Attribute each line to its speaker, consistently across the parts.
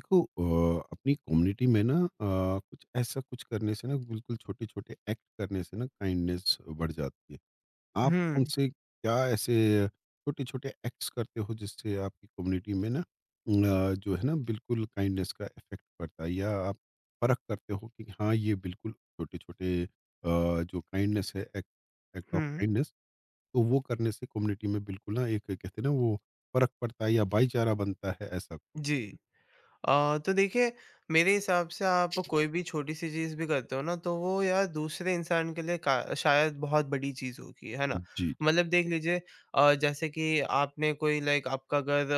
Speaker 1: देखो अपनी कम्युनिटी में ना कुछ ऐसा कुछ करने से ना बिल्कुल छोटे-छोटे एक्ट करने से ना काइंडनेस बढ़ जाती है। आप
Speaker 2: हुँ,
Speaker 1: उनसे क्या ऐसे छोटे-छोटे एक्ट्स करते हो जिससे आपकी कम्युनिटी में ना जो है ना बिल्कुल काइंडनेस का इफ़ेक्ट पड़ता है या आप फ़र्क करते हो कि हाँ, ये बिल्कुल छोटे-छोटे जो काइंडनेस है एक्ट एक्ट ऑफ
Speaker 2: हुँ,
Speaker 1: काइंडनेस तो वो करने से कम्युनिटी में बिल्कुल ना एक कहते हैं ना वो फ़र्क पड़ता है या भाईचारा बनता है ऐसा? कुछ?
Speaker 2: जी। तो देखिए, मेरे हिसाब से आप कोई भी छोटी-सी चीज़ भी करते हो ना तो वो यार दूसरे इंसान के लिए का शायद बहुत बड़ी चीज़ होगी, है ना?
Speaker 1: जी, जी।
Speaker 2: मतलब देख लीजिए, जैसे कि आपने कोई लाइक आपका अगर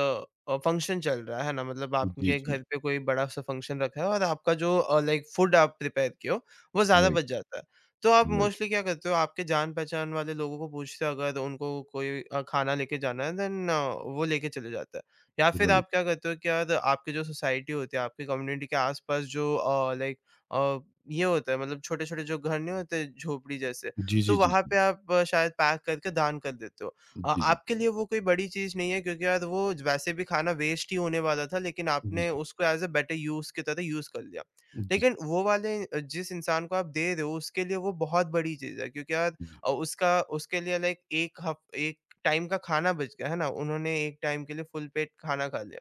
Speaker 2: फंक्शन चल रहा है ना? मतलब
Speaker 1: जी,
Speaker 2: आपके
Speaker 1: जी।
Speaker 2: घर पे कोई बड़ा-सा फंक्शन रखा है और आपका जो लाइक फूड आप प्रिपेयर किए हो वो ज़्यादा
Speaker 1: राइट।
Speaker 2: बच जाता है। तो आप
Speaker 1: राइट,
Speaker 2: मोस्टली क्या करते हो, आपके जान-पहचान वाले लोगों को पूछते हो अगर उनको कोई खाना लेके जाना है देन वो लेके चले जाता है। या फिर
Speaker 1: राइट।
Speaker 2: आप क्या करते हो कि यार आपकी जो सोसाइटी होती है, आपकी कम्युनिटी के आसपास जो लाइक अ, ये होता है, मतलब छोटे-छोटे जो घर नहीं होते झोपड़ी जैसे,
Speaker 1: जी, जी,
Speaker 2: तो
Speaker 1: जी,
Speaker 2: वहाँ
Speaker 1: जी।
Speaker 2: पे आप शायद पैक करके दान कर देते हो।
Speaker 1: जी, जी।
Speaker 2: आपके लिए वो कोई बड़ी चीज़ नहीं है क्योंकि यार वो वैसे भी खाना वेस्ट ही होने वाला था, लेकिन
Speaker 1: जी,
Speaker 2: आपने
Speaker 1: जी।
Speaker 2: उसको एज़ अ बेटर यूज़ की तरह यूज़ कर लिया।
Speaker 1: जी, जी,
Speaker 2: लेकिन वो वाले जिस इंसान को आप दे रहे हो उसके लिए वो बहुत बड़ी चीज़ है क्योंकि यार
Speaker 1: जी, जी।
Speaker 2: उसका उसके लिए लाइक 1 टाइम का खाना बच गया, है ना? उन्होंने एक टाइम के लिए फुल पेट खाना खा लिया।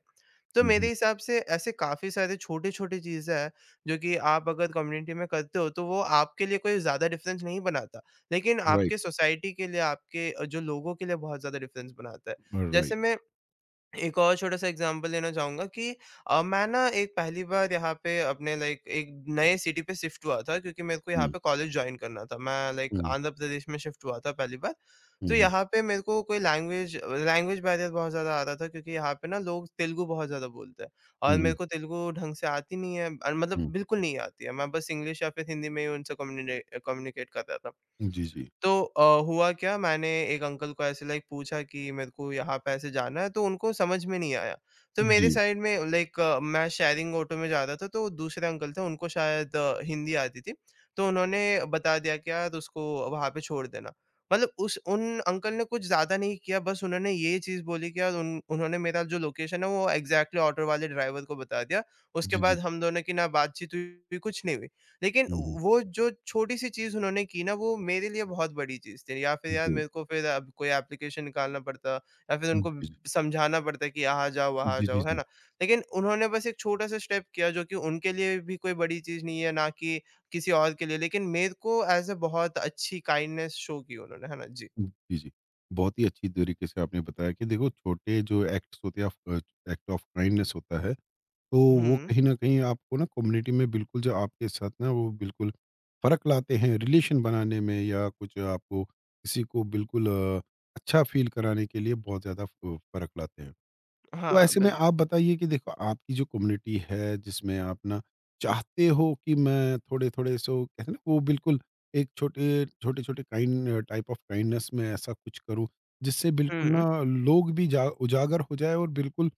Speaker 2: तो
Speaker 1: हुँ,
Speaker 2: मेरे
Speaker 1: हुँ।
Speaker 2: हिसाब से ऐसे काफ़ी सारे छोटे-छोटे चीज़ें हैं, जो कि आप अगर कम्युनिटी में करते हो, तो वो आपके लिए कोई ज़्यादा डिफ़रेंस नहीं बनाता, लेकिन
Speaker 1: राइट,
Speaker 2: आपके सोसाइटी के लिए, आपके जो लोगों के लिए बहुत ज़्यादा डिफ़रेंस बनाता है।
Speaker 1: राइट।
Speaker 2: जैसे मैं एक और छोटा-सा एग्ज़ाम्पल देना चाहूँगा कि मैं ना एक पहली बार यहाँ पे अपने लाइक एक नए सिटी पे शिफ्ट हुआ था क्योंकि मेरे को यहाँ
Speaker 1: हुँ,
Speaker 2: पे कॉलेज जॉइन करना था। मैं लाइक
Speaker 1: हुँ,
Speaker 2: आंध्र प्रदेश में शिफ्ट हुआ था पहली बार।
Speaker 1: हुँ,
Speaker 2: तो
Speaker 1: हुँ,
Speaker 2: यहाँ पे मेरे को कोई लैंग्वेज लैंग्वेज बैरियर बहुत ज़्यादा आ रहा था क्योंकि यहाँ पे ना लोग तेलुगु बहुत ज़्यादा बोलते हैं और
Speaker 1: हुँ,
Speaker 2: मेरे
Speaker 1: हुँ,
Speaker 2: को तेलुगु ढंग से आती नहीं है, मतलब
Speaker 1: हुँ।
Speaker 2: बिल्कुल नहीं आती है। मैं बस इंग्लिश या फिर हिंदी में ही उनसे कम्युनिडे कम्युनिकेट कर रहा था।
Speaker 1: जी, जी।
Speaker 2: तो हुआ क्या, मैंने एक अंकल को ऐसे लाइक पूछा कि मेरे को यहाँ पे ऐसे जाना है तो उनको समझ में नहीं आया। तो मेरे
Speaker 1: जी,
Speaker 2: साइड में लाइक मैं शेयरिंग ऑटो में जा रहा था, तो दूसरे अंकल थे उनको शायद हिंदी आती थी। तो उन्होंने बता दिया कि यार उसको वहाँ पे छोड़ देना। मतलब उस उन अंकल ने कुछ ज़्यादा नहीं किया, बस उन्होंने ये चीज़ बोली कि यार उन उन्होंने मेरा जो लोकेशन है वो एग्ज़ैक्टली ऑटो वाले ड्राइवर को बता दिया। उसके
Speaker 1: जी, जी।
Speaker 2: बाद हम दोनों की ना बातचीत हुई कुछ नहीं हुई। लेकिन
Speaker 1: हुँ, हुँ।
Speaker 2: वो जो छोटी-सी चीज़ उन्होंने की ना वो मेरे लिए बहुत बड़ी चीज़ थी, या फिर यार
Speaker 1: जी,
Speaker 2: मेरे को फिर अब कोई एप्लीकेशन निकालना पड़ता या फिर उनको
Speaker 1: जी,
Speaker 2: समझाना पड़ता कि यहाँ जाओ, वहाँ
Speaker 1: जी, जी,
Speaker 2: जाओ, है
Speaker 1: जी।
Speaker 2: ना? लेकिन उन्होंने बस एक छोटा-सा स्टेप किया जो कि उनके लिए भी कोई बड़ी चीज़ नहीं है, ना कि किसी और के लिए, लेकिन मेरे को एज़ अ बहुत अच्छी काइंडनेस शो की उन्होंने, है ना? जी।
Speaker 1: जी, जी। बहुत ही अच्छी तरीके से आपने बताया कि देखो छोटे जो एक्ट्स होते हैं ऑफ एक्ट ऑफ काइंडनेस होता है तो वो
Speaker 2: हुँ।
Speaker 1: कहीं न कहीं आपको ना कम्युनिटी में बिल्कुल जो आपके साथ ना वो बिल्कुल फ़र्क लाते हैं रिलेशन बनाने में या कुछ आपको किसी को बिल्कुल अच्छा फ़ील कराने के लिए बहुत ज़्यादा फ़ फ़र्क लाते हैं। तो
Speaker 2: हाँ,
Speaker 1: ऐसे में
Speaker 2: बिल्कुल।
Speaker 1: आप बताइए कि देखो आपकी जो कम्युनिटी है जिसमें आप ना चाहते हो कि मैं थोड़े-थोड़े सो कहते हैं ना वो बिल्कुल एक छोटे-छोटे काइंड टाइप ऑफ काइंडनेस में ऐसा कुछ करूँ जिससे बिल्कुल
Speaker 2: हुँ।
Speaker 1: ना लोग भी जा उजागर हो जाए और बिल्कुल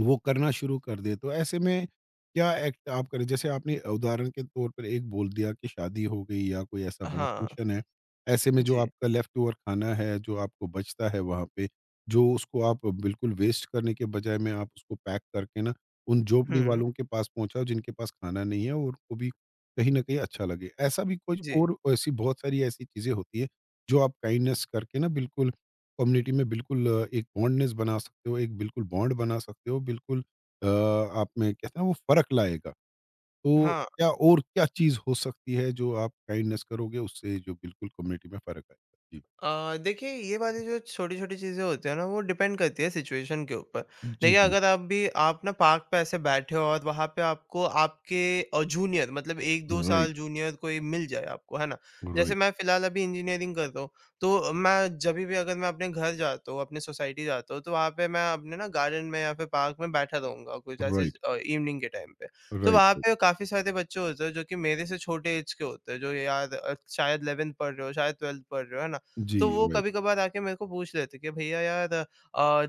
Speaker 1: वो करना शुरू कर दे। तो ऐसे में क्या एक्ट आप करें? जैसे आपने उदाहरण के तौर पर एक बोल दिया कि शादी हो गई या कोई ऐसा बड़ा
Speaker 2: हाँ।
Speaker 1: फंक्शन है। ऐसे में जो
Speaker 2: जी।
Speaker 1: आपका लेफ्ट ओवर खाना है, जो आपको बचता है वहाँ पे, जो उसको आप बिल्कुल वेस्ट करने के बजाय में आप उसको पैक करके ना उन झोपड़ी
Speaker 2: हुँ।
Speaker 1: वालों के पास पहुँचाओ जिनके पास खाना नहीं है और उनको भी कहीं न कहीं अच्छा लगे। ऐसा भी कुछ
Speaker 2: जी।
Speaker 1: और ऐसी बहुत सारी ऐसी चीज़ें होती हैं, जो आप काइंडनेस करके ना बिल्कुल कम्युनिटी में बिल्कुल एक बॉन्डनेस बना सकते हो, एक बिल्कुल बॉन्ड बना सकते हो, बिल्कुल आप में कहते हैं ना वो फ़र्क लाएगा। तो
Speaker 2: हाँ।
Speaker 1: क्या और क्या चीज़ हो सकती है जो आप काइंडनेस करोगे उससे जो बिल्कुल कम्युनिटी में फ़र्क आएगा? जी।
Speaker 2: देखिए, ये वाली जो छोटी-छोटी चीज़ें होती हैं ना वो डिपेंड करती है सिचुएशन के ऊपर।
Speaker 1: जी,
Speaker 2: देखिए,
Speaker 1: जी।
Speaker 2: अगर आप ना पार्क पे ऐसे बैठे हो और वहाँ पे आपको आपके जूनियर मतलब 1-2
Speaker 1: राइट,
Speaker 2: साल जूनियर कोई मिल जाए आपको, है ना? जैसे
Speaker 1: राइट,
Speaker 2: मैं फिलहाल अभी इंजीनियरिंग कर रहा हूँ, तो मैं जभी भी अगर मैं अपने घर जाता हूँ, अपने सोसाइटी जाता हूँ, तो वहाँ पे मैं अपने ना गार्डन में या फिर पार्क में बैठा रहूँगा कुछ ऐसे
Speaker 1: राइट,
Speaker 2: इवनिंग के टाइम पे। तो
Speaker 1: राइट,
Speaker 2: वहाँ
Speaker 1: राइट।
Speaker 2: पे काफ़ी सारे बच्चे होते हैं जो कि मेरे से छोटे ऐज के होते हैं, जो यार शायद 11th पढ़ रहे हो, शायद 12th पढ़ रहे हो, है ना?
Speaker 1: जी,
Speaker 2: तो वो
Speaker 1: राइट।
Speaker 2: कभी-कभार आके मेरे को पूछ लेते कि भैया यार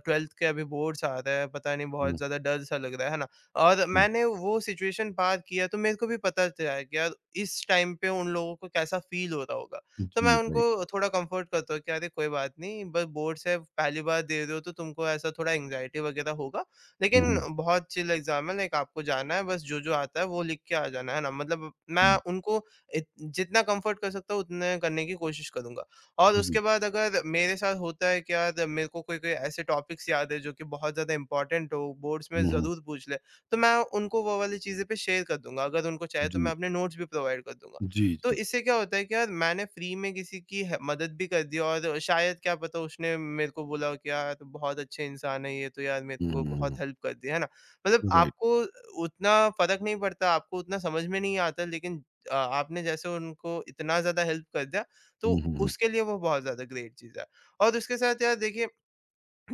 Speaker 2: 12th के अभी बोर्ड्स आ रहे हैं, पता नहीं बहुत
Speaker 1: हुँ,
Speaker 2: ज़्यादा डर सा लग रहा है ना? और
Speaker 1: हुँ।
Speaker 2: मैंने वो सिचुएशन पार किया तो मेरे को भी पता चला है कि यार इस टाइम पे उन लोगों को कैसा फ़ील हो रहा होगा। तो
Speaker 1: जी,
Speaker 2: मैं
Speaker 1: राइट।
Speaker 2: उनको थोड़ा कम्फर्ट करता हूँ कि अरे कोई बात नहीं, बस बोर्ड्स है, पहली बार दे रहे हो तो तुमको ऐसा थोड़ा एंग्ज़ायटी वगैरह होगा,
Speaker 1: हुँ,
Speaker 2: लेकिन
Speaker 1: हुँ,
Speaker 2: बहुत चिल एग्ज़ाम है, लाइक आपको जाना है, बस जो-जो आता है वो लिख के आ जाना, है ना? मतलब मैं
Speaker 1: हुँ।
Speaker 2: उनको इत जितना कम्फर्ट कर सकता हूँ उतने करने की कोशिश करूँगा। और
Speaker 1: जी,
Speaker 2: उसके
Speaker 1: जी।
Speaker 2: बाद अगर मेरे साथ होता है कि यार मेरे को कोई कोई ऐसे टॉपिक्स याद है जो कि बहुत ज़्यादा इंपॉर्टेंट हो बोर्ड्स में
Speaker 1: हुँ, हुँ।
Speaker 2: ज़रूर पूछ ले, तो मैं उनको वो वाली चीज़ें पे शेयर कर दूंगा, अगर उनको चाहे तो मैं
Speaker 1: जी,
Speaker 2: अपने नोट्स भी प्रोवाइड कर दूंगा।
Speaker 1: जी,
Speaker 2: तो
Speaker 1: जी।
Speaker 2: इससे क्या होता है कि यार मैंने फ्री में किसी की मदद भी कर दी और शायद क्या पता उसने मेरे को बोला हो कि यार तो बहुत अच्छे इंसान है ये, तो यार मेरे
Speaker 1: हुँ,
Speaker 2: को
Speaker 1: हुँ, हुँ।
Speaker 2: बहुत हेल्प कर दी है ना, मतलब
Speaker 1: राइट।
Speaker 2: आपको उतना फर्क नहीं पड़ता, आपको उतना समझ में नहीं आता, लेकिन आपने जैसे उनको इतना ज्यादा हेल्प कर दिया तो
Speaker 1: हुँ, हुँ, हुँ।
Speaker 2: उसके लिए वो बहुत ज़्यादा ग्रेट चीज़ है। और उसके साथ यार देखिए,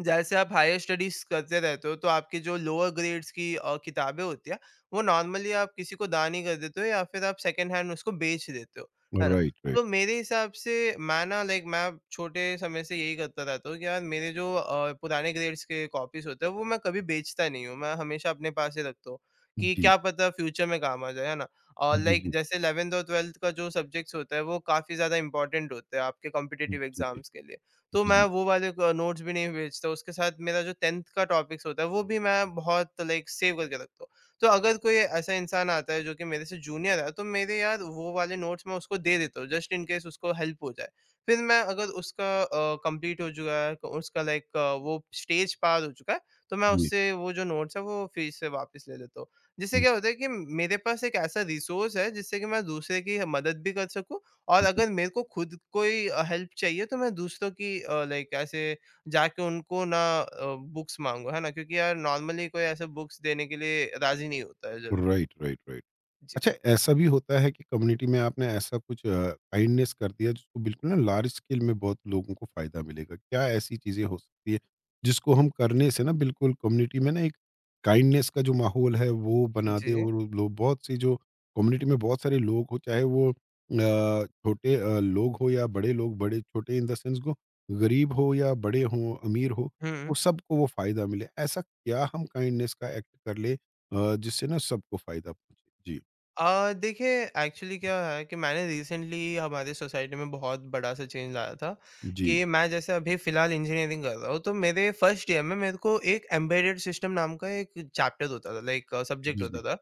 Speaker 2: जैसे आप हायर स्टडीज़ करते रहते हो, तो आपके जो लोअर ग्रेड्स की किताबें होती हैं, वो नॉर्मली आप किसी को दान ही कर देते हो या फिर आप सेकंड हैंड उसको बेच देते हो, है ना?
Speaker 1: राइट,
Speaker 2: तो
Speaker 1: राइट।
Speaker 2: मेरे हिसाब से मैं ना लाइक मैं छोटे समय से यही करता रहता हूँ कि यार मेरे जो पुराने ग्रेड्स के कॉपीज़ होते हैं, वो मैं कभी बेचता नहीं हूँ, मैं हमेशा अपने पास ही रखता हूँ कि
Speaker 1: जी।
Speaker 2: क्या पता फ्यूचर में काम आ जाए, है ना? और
Speaker 1: जी,
Speaker 2: लाइक
Speaker 1: जी।
Speaker 2: जैसे 11th और 12th का जो सब्जेक्ट्स होता है, वो काफ़ी ज़्यादा इम्पोर्टेंट होता है आपके
Speaker 1: जी,
Speaker 2: कॉम्पिटिटिव
Speaker 1: जी।
Speaker 2: एग्ज़ाम्स के लिए। तो
Speaker 1: जी,
Speaker 2: मैं
Speaker 1: जी।
Speaker 2: वो वाले क नोट्स भी नहीं भेजता, उसके साथ मेरा जो 10th का टॉपिक्स होता है, वो भी मैं बहुत लाइक सेव करके रखता हूँ। तो अगर कोई ऐसा इंसान आता है जो कि मेरे से जूनियर है, तो मेरे यार वो वाले नोट्स मैं उसको दे देता हूँ, जस्ट इन केस उसको हेल्प हो जाए। फिर मैं अगर उसका कंप्लीट हो चुका है, उसका लाइक वो स्टेज पार हो चुका है, तो मैं
Speaker 1: जी।
Speaker 2: उससे वो जो नोट्स है, वो फिर से वापस ले लेता हूँ। जिससे
Speaker 1: हुँ,
Speaker 2: क्या होता है कि मेरे पास एक ऐसा रिसोर्स है, जिससे कि मैं दूसरे की मदद भी कर सकूँ और
Speaker 1: हुँ।
Speaker 2: अगर मेरे को खुद कोई हेल्प चाहिए तो मैं दूसरों की लाइक ऐसे जाके उनको ना बुक्स माँगूँ, है ना? क्योंकि यार नॉर्मली कोई ऐसे बुक्स देने के लिए राज़ी नहीं होता है जल्दी।
Speaker 1: Right, right, right.
Speaker 2: जी।
Speaker 1: अच्छा ऐसा भी होता है कि कम्युनिटी में आपने ऐसा कुछ काइंडनेस कर दिया जिसको बिल्कुल ना लार्ज स्केल में बहुत लोगों को फायदा मिलेगा क्या ऐसी चीजें हो सकती है जिसको हम करने से ना बिल्कुल कम्युनिटी में ना एक काइंडनेस का जो माहौल है वो बना दे
Speaker 2: जी।
Speaker 1: और वो लोग बहुत सी जो कम्युनिटी में बहुत सारे लोग हो चाहे वो छोटे लोग हो या बड़े लोग बड़े छोटे इन द सेंस को गरीब हो या बड़े हो अमीर हो वो
Speaker 2: हुँ।
Speaker 1: सबको वो फायदा मिले ऐसा क्या हम काइंडनेस का एक्ट कर ले जिससे ना सबको फायदा पहुंचे जी
Speaker 2: देखिए, एक्चुअली क्या है कि मैंने रिसेंटली हमारे सोसाइटी में बहुत बड़ा सा चेंज लाया था
Speaker 1: জি,
Speaker 2: कि मैं जैसे अभी फ़िलहाल इंजीनियरिंग कर रहा हूँ, तो मेरे फर्स्ट ईयर में मेरे को एक एम्बेडेड सिस्टम नाम का एक चैप्टर होता था, लाइक सब्जेक्ट
Speaker 1: জি, জি,
Speaker 2: होता था।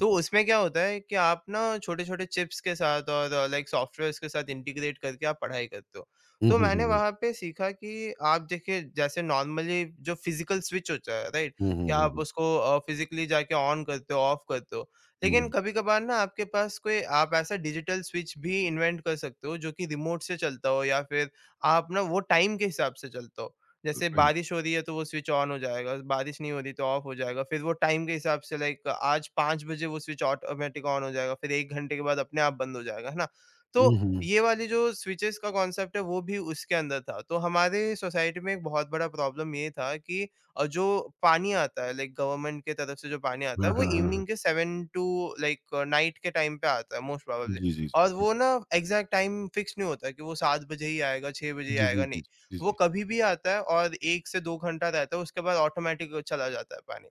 Speaker 2: तो
Speaker 1: জি।
Speaker 2: उसमें क्या होता है कि आप ना छोटे-छोटे चिप्स के साथ और लाइक सॉफ्टवेयर्स के साथ इंटीग्रेट करके आप पढ़ाई करते हो।
Speaker 1: হুম,
Speaker 2: तो
Speaker 1: হুম,
Speaker 2: मैंने
Speaker 1: হুম,
Speaker 2: वहाँ पे सीखा कि आप देखिए जैसे नॉर्मली जो फिज़िकल स्विच होता है, राइट?
Speaker 1: হুম, হুম,
Speaker 2: कि
Speaker 1: হুম, হুম,
Speaker 2: आप उसको फिज़िकली जाके ऑन करते हो, ऑफ करते हो।
Speaker 1: হুম,
Speaker 2: लेकिन कभी-कभार ना आपके पास कोई आप ऐसा डिजिटल स्विच भी इन्वेंट कर सकते हो जो कि रिमोट से चलता हो या फिर आप ना वो टाइम के हिसाब से चलता हो।
Speaker 1: হুম,
Speaker 2: जैसे
Speaker 1: right.
Speaker 2: बारिश हो रही है तो वो स्विच ऑन हो जाएगा, बारिश नहीं हो रही तो ऑफ हो जाएगा। फिर वो टाइम के हिसाब से लाइक आज 5 बजे वो स्विच ऑटोमेटिक ऑन हो जाएगा, फिर 1 घंटे के बाद अपने आप बंद हो जाएगा, है ना? तो
Speaker 1: হুম, হুম,
Speaker 2: ये वाली जो स्विचेस का कॉन्सेप्ट है वो भी उसके अंदर था। तो हमारे सोसाइटी में एक बहुत बड़ा प्रॉब्लम ये था कि और जो पानी आता है, लाइक गवर्नमेंट के तरफ से जो पानी आता
Speaker 1: হ্যাঁ,
Speaker 2: है वो
Speaker 1: হ্যাঁ, হ্যাঁ, হ্যাঁ।
Speaker 2: इवनिंग के 7 टू लाइक नाइट के टाइम पे आता है, मोस्ट प्रोबेबली।
Speaker 1: জি, জি,
Speaker 2: और
Speaker 1: জি,
Speaker 2: वो ना एग्जैक्ट टाइम फिक्स नहीं होता कि वो 7 बजे ही आएगा, 6 बजे ही
Speaker 1: জি, জি,
Speaker 2: आएगा,
Speaker 1: জি,
Speaker 2: नहीं।
Speaker 1: জি, জি,
Speaker 2: वो कभी भी आता है और 1 से 2 घंटा रहता है, उसके बाद ऑटोमेटिक चला जाता है पानी।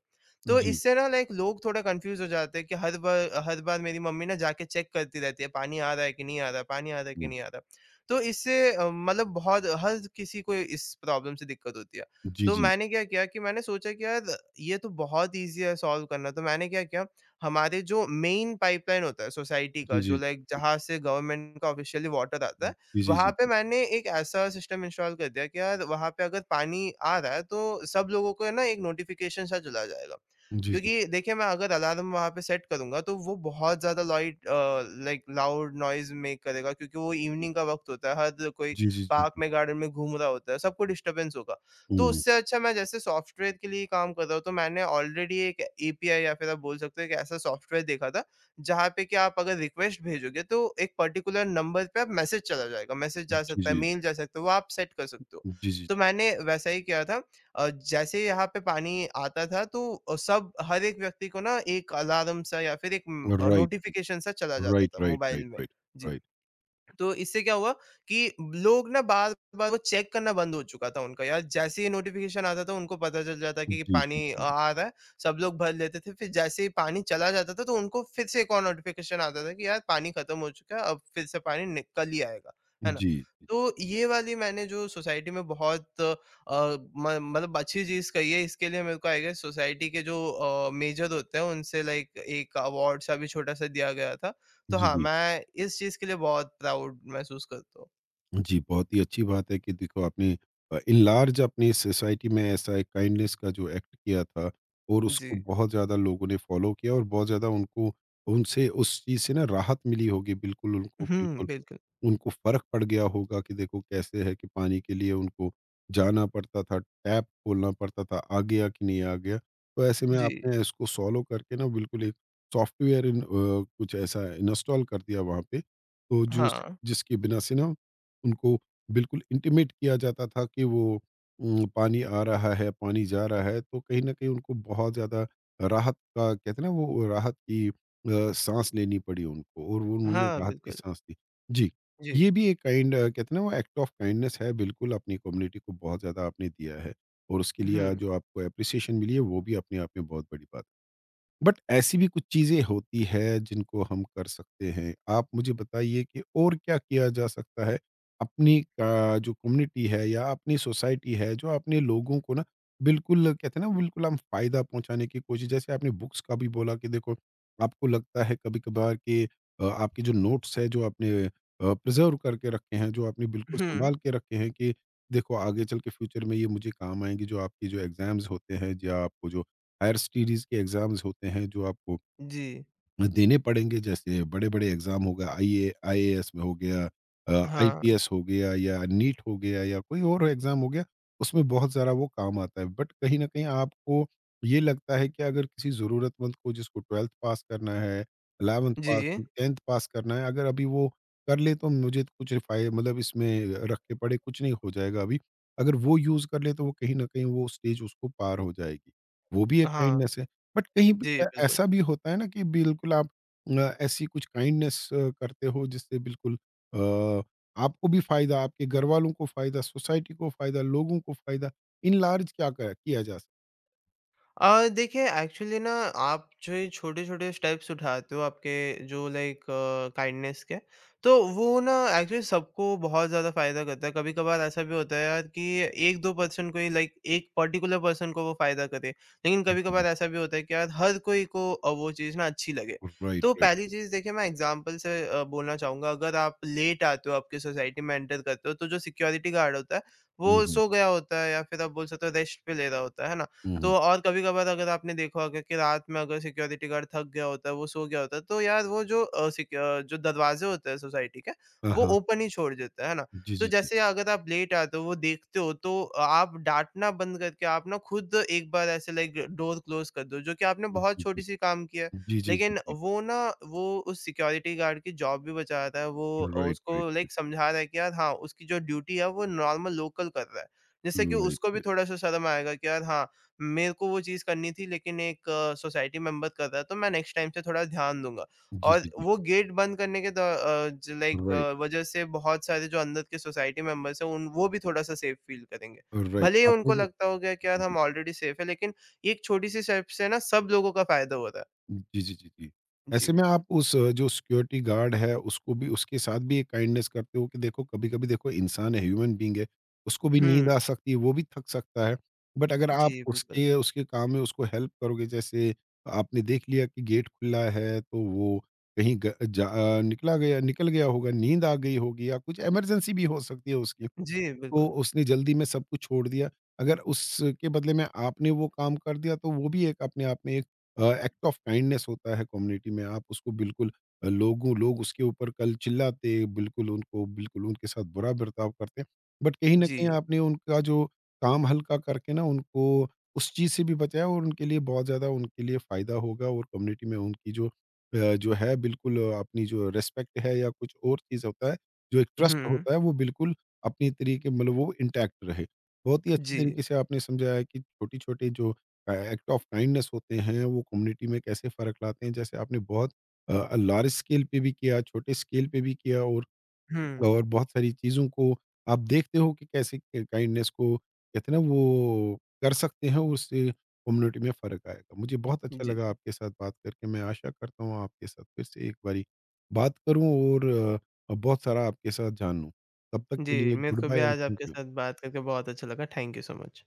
Speaker 2: तो
Speaker 1: জি,
Speaker 2: इससे ना लाइक लोग थोड़ा कन्फ्यूज़ हो जाते हैं कि हर बार मेरी मम्मी ना जाके चेक करती रहती है, पानी आ रहा है कि नहीं आ रहा है, पानी आ रहा है कि
Speaker 1: হুম,
Speaker 2: नहीं आ रहा है। तो इससे मतलब बहुत हर किसी को इस प्रॉब्लम से दिक्कत होती है।
Speaker 1: জি,
Speaker 2: तो
Speaker 1: জি,
Speaker 2: मैंने क्या किया कि मैंने सोचा कि यार, ये तो बहुत ईज़ी है सॉल्व करना। तो मैंने क्या किया, हमारे जो मेन पाइपलाइन होता है सोसाइटी
Speaker 1: জি,
Speaker 2: का,
Speaker 1: জি,
Speaker 2: जो लाइक
Speaker 1: জি, জি,
Speaker 2: जहाँ से गवर्नमेंट का ऑफ़िशियली वाटर आता है,
Speaker 1: জি, জি, জি,
Speaker 2: वहाँ पे मैंने एक ऐसा सिस्टम इंस्टॉल कर दिया कि यार वहाँ पे अगर पानी आ रहा है तो सब लोगों को है ना एक नोटिफ़िकेशन सा चला जाएगा। क्योंकि देखिए मैं अगर अलार्म वहाँ पे सेट करूँगा तो वो बहुत ज़्यादा लाइक लाउड नॉइज़ मेक करेगा, क्योंकि वो इवनिंग का वक़्त होता है, हर कोई
Speaker 1: জি, জি, জি,
Speaker 2: पार्क
Speaker 1: জি,
Speaker 2: में गार्डन में घूम रहा होता है, सबको डिस्टर्बेंस होगा। तो
Speaker 1: হুম,
Speaker 2: उससे अच्छा, मैं जैसे सॉफ्टवेयर के लिए काम कर रहा हूँ, तो मैंने ऑलरेडी एक एपीआई या फिर आप बोल सकते हो एक ऐसा सॉफ्टवेयर देखा था, जहाँ पे कि आप अगर रिक्वेस्ट भेजोगे तो एक पर्टिकुलर नंबर पे आप मैसेज चला जाएगा। मैसेज जा
Speaker 1: জি,
Speaker 2: सकता
Speaker 1: জি,
Speaker 2: है, मेल जा सकता है, वो आप सेट कर सकते हो।
Speaker 1: জি, জি,
Speaker 2: तो मैंने वैसा ही किया था। जैसे ही यहाँ पे पानी आता था तो सब हर एक व्यक्ति को ना एक अलार्म सा या फिर एक
Speaker 1: right,
Speaker 2: नोटिफ़िकेशन सा चला जाता
Speaker 1: right,
Speaker 2: था
Speaker 1: right,
Speaker 2: मोबाइल
Speaker 1: right,
Speaker 2: में।
Speaker 1: right,
Speaker 2: जी।
Speaker 1: right,
Speaker 2: तो इससे क्या हुआ कि लोग ना बार-बार वो चेक करना बंद हो चुका था उनका, यार जैसे ही नोटिफ़िकेशन आता था उनको पता चल जाता कि
Speaker 1: জি, জি,
Speaker 2: पानी
Speaker 1: জি,
Speaker 2: आ रहा है, सब लोग भर लेते थे। फिर जैसे ही पानी चला जाता था तो उनको फिर से एक और नोटिफ़िकेशन आता था कि यार पानी खत्म हो चुका है, अब फिर से पानी नि कल ही आएगा, है ना?
Speaker 1: জি,
Speaker 2: तो ये वाली मैंने जो सोसाइटी में बहुत अ, म मतलब अच्छी चीज़ कही है, इसके लिए मेरे को आई गेस सोसाइटी के जो मेजर होते हैं उनसे लाइक एक अवार्ड-सा भी, छोटा-सा दिया गया था। तो
Speaker 1: জি,
Speaker 2: हाँ,
Speaker 1: জি।
Speaker 2: मैं इस चीज़ के लिए बहुत प्राउड महसूस करता हूँ।
Speaker 1: जी, बहुत ही अच्छी बात है कि देखो आपने इन लार्ज अपनी सोसाइटी में ऐसा एक काइंडनेस का जो एक्ट किया था और उसको
Speaker 2: जी।
Speaker 1: बहुत ज़्यादा लोगों ने फ़ॉलो किया और बहुत ज़्यादा उनको उनसे उस चीज़ से ना राहत मिली होगी
Speaker 2: हुँ,
Speaker 1: बिल्कुल।
Speaker 2: बिल्कुल।
Speaker 1: उनको फ़र्क पड़ गया होगा कि देखो कैसे है कि पानी के लिए उनको जाना पड़ता था, टैप खोलना पड़ता था, आ गया कि नहीं आ गया। तो ऐसे में
Speaker 2: जी।
Speaker 1: आपने इसको सॉल्व करके ना बिल्कुल एक सॉफ्टवेयर इन कुछ ऐसा इंस्टॉल कर दिया वहाँ पे, तो जिस
Speaker 2: हाँ।
Speaker 1: जिसके बिना से ना उनको बिल्कुल इंटिमेट किया जाता था कि वो पानी आ रहा है, पानी जा रहा है, तो कहीं न कहीं उनको बहुत ज़्यादा राहत का कहते हैं ना वो राहत की साँस लेनी पड़ी उनको और वो उन्होंने
Speaker 2: हाँ,
Speaker 1: राहत की
Speaker 2: बिल्कुल।
Speaker 1: साँस ली। जी।
Speaker 2: जी।
Speaker 1: ये भी एक काइंड कहते हैं ना वो एक्ट ऑफ काइंडनेस है बिल्कुल अपनी कम्युनिटी को बहुत ज़्यादा आपने दिया है और उसके लिए आज
Speaker 2: हुँ।
Speaker 1: जो आपको एप्रिसिएशन मिली है वो भी अपने आप में बहुत बड़ी बात बट ऐसी भी कुछ चीज़ें होती है जिनको हम कर सकते हैं। आप मुझे बताइए कि और क्या किया जा सकता है अपनी जो कम्युनिटी है या अपनी सोसाइटी है जो अपने लोगों को ना बिल्कुल कहते हैं ना बिल्कुल हम फ़ायदा पहुँचाने की कोशिश जैसे आपने बुक्स का भी बोला कि देखो आपको लगता है कभी-कभार कि आपके जो नोट्स है जो आपने प्रिज़र्व करके रखे हैं, जो आपने बिल्कुल
Speaker 2: हुँ।
Speaker 1: सँभाल के रखे हैं कि देखो आगे चल के फ्यूचर में ये मुझे काम आएँगे जो आपके जो एग्ज़ाम्स होते हैं या आपको जो हायर स्टडीज़ के एग्ज़ाम्स होते हैं जो आपको
Speaker 2: जी।
Speaker 1: देने पड़ेंगे जैसे बड़े-बड़े एग्ज़ाम हो गए आईए आईएएस में हो गया
Speaker 2: हाँ।
Speaker 1: आईपीएस हो गया या नीट हो गया या कोई और एग्ज़ाम हो गया, उसमें बहुत ज़्यादा वो काम आता है। बट कहीं न कहीं आपको ये लगता है कि अगर किसी ज़रूरतमंद को जिसको 12th पास करना है, 11th पास
Speaker 2: जी।
Speaker 1: 10th पास करना है, अगर अभी वो कर ले तो मुझे तो कुछ फ़ाय मतलब इसमें रख के पड़े कुछ नहीं हो जाएगा अभी। अगर वो यूज़ कर ले तो वो कहीं न कहीं वो स्टेज उसको पार हो जाएगी। वो भी एक
Speaker 2: हाँ।
Speaker 1: काइंडनेस है। बट कहीं भी
Speaker 2: जी, बिल्कुल।
Speaker 1: ऐसा भी होता है ना कि बिल्कुल आप ऐसी कुछ काइंडनेस करते हो जिससे बिल्कुल अ, आपको भी फायदा, आपके घर वालों को फायदा, सोसाइटी को फायदा, लोगों को फायदा, इन लार्ज क्या कर किया जा सकता
Speaker 2: देखिए एक्चुअली ना, आप जो ये छोटे-छोटे स्टेप्स उठाते हो आपके जो लाइक काइंडनेस के, तो वो ना एक्चुअली सबको बहुत ज़्यादा फ़ायदा करता है। कभी-कभार ऐसा भी होता है यार कि 1-2 पर्सन को ही, लाइक एक पर्टिकुलर पर्सन को वो फ़ायदा करे। लेकिन
Speaker 1: है।
Speaker 2: कभी-कभार
Speaker 1: जी,
Speaker 2: ऐसा भी होता है कि यार हर कोई को वो चीज़ ना अच्छी लगे।
Speaker 1: राइट,
Speaker 2: तो पहली
Speaker 1: राइट।
Speaker 2: चीज़ देखिए, मैं एग्ज़ाम्पल से बोलना चाहूँगा। अगर आप लेट आते हो, आपकी सोसाइटी में एंटर करते हो, तो जो सिक्योरिटी गार्ड होता है,
Speaker 1: हुँ,
Speaker 2: वो
Speaker 1: हुँ,
Speaker 2: सो गया होता है या फिर आप बोल सकते हो रेस्ट पे ले रहा होता है ना?
Speaker 1: हुँ,
Speaker 2: तो
Speaker 1: हुँ।
Speaker 2: और कभी-कभार अगर आपने देखा होगा कि रात में अगर सिक्योरिटी गार्ड थक गया होता है, वो सो गया होता है, तो यार वो जो जो दरवाजे होते हैं सोसाइटी के,
Speaker 1: हाँ,
Speaker 2: वो
Speaker 1: हाँ।
Speaker 2: ओपन ही छोड़ देता है ना?
Speaker 1: जी,
Speaker 2: तो
Speaker 1: जी, जी।
Speaker 2: जैसे अगर आप लेट आते हो, वो देखते हो, तो आप डाँटना बंद करके आप ना खुद एक बार ऐसे लाइक डोर क्लोज़ कर दो, जो कि आपने
Speaker 1: जी,
Speaker 2: बहुत
Speaker 1: जी,
Speaker 2: छोटी-सी काम की है।
Speaker 1: जी, जी, जी,
Speaker 2: लेकिन
Speaker 1: जी।
Speaker 2: वो ना, वो उस सिक्योरिटी गार्ड की जॉब भी बचा रहा है, वो
Speaker 1: राइट, राइट,
Speaker 2: उसको
Speaker 1: राइट,
Speaker 2: लाइक समझा रहा है कि यार हाँ, उसकी जो ड्यूटी है वो नॉर्मल लोकल कर रहा है। जिससे कि
Speaker 1: राइट,
Speaker 2: उसको भी
Speaker 1: राइट।
Speaker 2: थोड़ा-सा शर्म आएगा कि यार हाँ, मेरे को वो चीज़ करनी थी, लेकिन एक सोसाइटी मेंबर कर रहा है, तो मैं नेक्स्ट टाइम से थोड़ा ध्यान दूँगा।
Speaker 1: जी,
Speaker 2: और
Speaker 1: जी, जी।
Speaker 2: वो गेट बंद करने के द अ, ज लाइक
Speaker 1: राइट,
Speaker 2: अ, वजह से बहुत सारे जो अंदर के सोसाइटी मेंबर्स हैं, उन वो भी थोड़ा-सा सेफ फ़ील करेंगे।
Speaker 1: राइट।
Speaker 2: भले ही
Speaker 1: आपने
Speaker 2: उनको लगता
Speaker 1: देखा
Speaker 2: होगा कि यार
Speaker 1: जी।
Speaker 2: हम ऑलरेडी सेफ है, लेकिन ये एक छोटी-सी स्टेप से ना सब लोगों का फ़ायदा हो रहा है।
Speaker 1: जी, जी, जी, जी।
Speaker 2: जी।
Speaker 1: ऐसे में आप उस जो सिक्योरिटी गार्ड है उसको भी उसके साथ भी एक काइंडनेस करते हो कि देखो कभी-कभी देखो इंसान है, ह्यूमन बीइंग है, उसको भी नींद
Speaker 2: हुँ।
Speaker 1: आ सकती है, वो भी थक सकता है। बट अगर आप
Speaker 2: जी, बिल्कुल।
Speaker 1: उसके उसके काम में उसको हेल्प करोगे जैसे आपने देख लिया कि गेट खुला है तो वो कहीं ग जा निकला गया निकल गया होगा, नींद आ गई होगी या कुछ इमरजेंसी भी हो सकती है उसकी।
Speaker 2: जी,
Speaker 1: तो
Speaker 2: बिल्कुल।
Speaker 1: उसने जल्दी में सब कुछ छोड़ दिया। अगर उसके बदले में आपने वो काम कर दिया तो वो भी एक अपने आप में एक एक्ट ऑफ काइंडनेस होता है कम्युनिटी में। आप उसको बिल्कुल लोगों लोग उसके ऊपर कल चिल्लाते, बिल्कुल उनको बिल्कुल उनके साथ बुरा बर्ताव करते। बट कहीं न
Speaker 2: जी।
Speaker 1: कहीं आपने उनका जो काम हल्का करके ना उनको उस चीज़ से भी बचाया और उनके लिए बहुत ज़्यादा उनके लिए फ़ायदा होगा और कम्युनिटी में उनकी जो जो है बिल्कुल अपनी जो रिस्पेक्ट है या कुछ और चीज़ होता है, जो एक ट्रस्ट
Speaker 2: हुँ।
Speaker 1: होता है वो बिल्कुल अपनी तरीके मतलब वो इंटैक्ट रहे। बहुत ही अच्छी
Speaker 2: जी।
Speaker 1: तरीके से आपने समझाया कि छोटे-छोटे जो एक्ट ऑफ काइंडनेस होते हैं, वो कम्युनिटी में कैसे फ़र्क लाते हैं। जैसे आपने बहुत लार्ज स्केल पे भी किया, छोटे स्केल पे भी किया
Speaker 2: हुँ।
Speaker 1: और बहुत सारी चीज़ों को आप देखते हो कि कैसे क काइंडनेस को कहते हैं ना वो कर सकते हैं, उससे कम्युनिटी में फ़र्क आएगा। मुझे बहुत अच्छा
Speaker 2: जी।
Speaker 1: लगा आपके साथ बात करके, मैं आशा करता हूँ आपके साथ फिर से एक बारी बात करूँ और बहुत सारा आपके साथ जानूँ। तब तक
Speaker 2: जी,
Speaker 1: के लिए
Speaker 2: मेरे
Speaker 1: गुड
Speaker 2: को भी
Speaker 1: बाय एंड
Speaker 2: आज
Speaker 1: थैंक
Speaker 2: आपके
Speaker 1: यू।
Speaker 2: साथ बात करके बहुत अच्छा लगा। Thank you so much.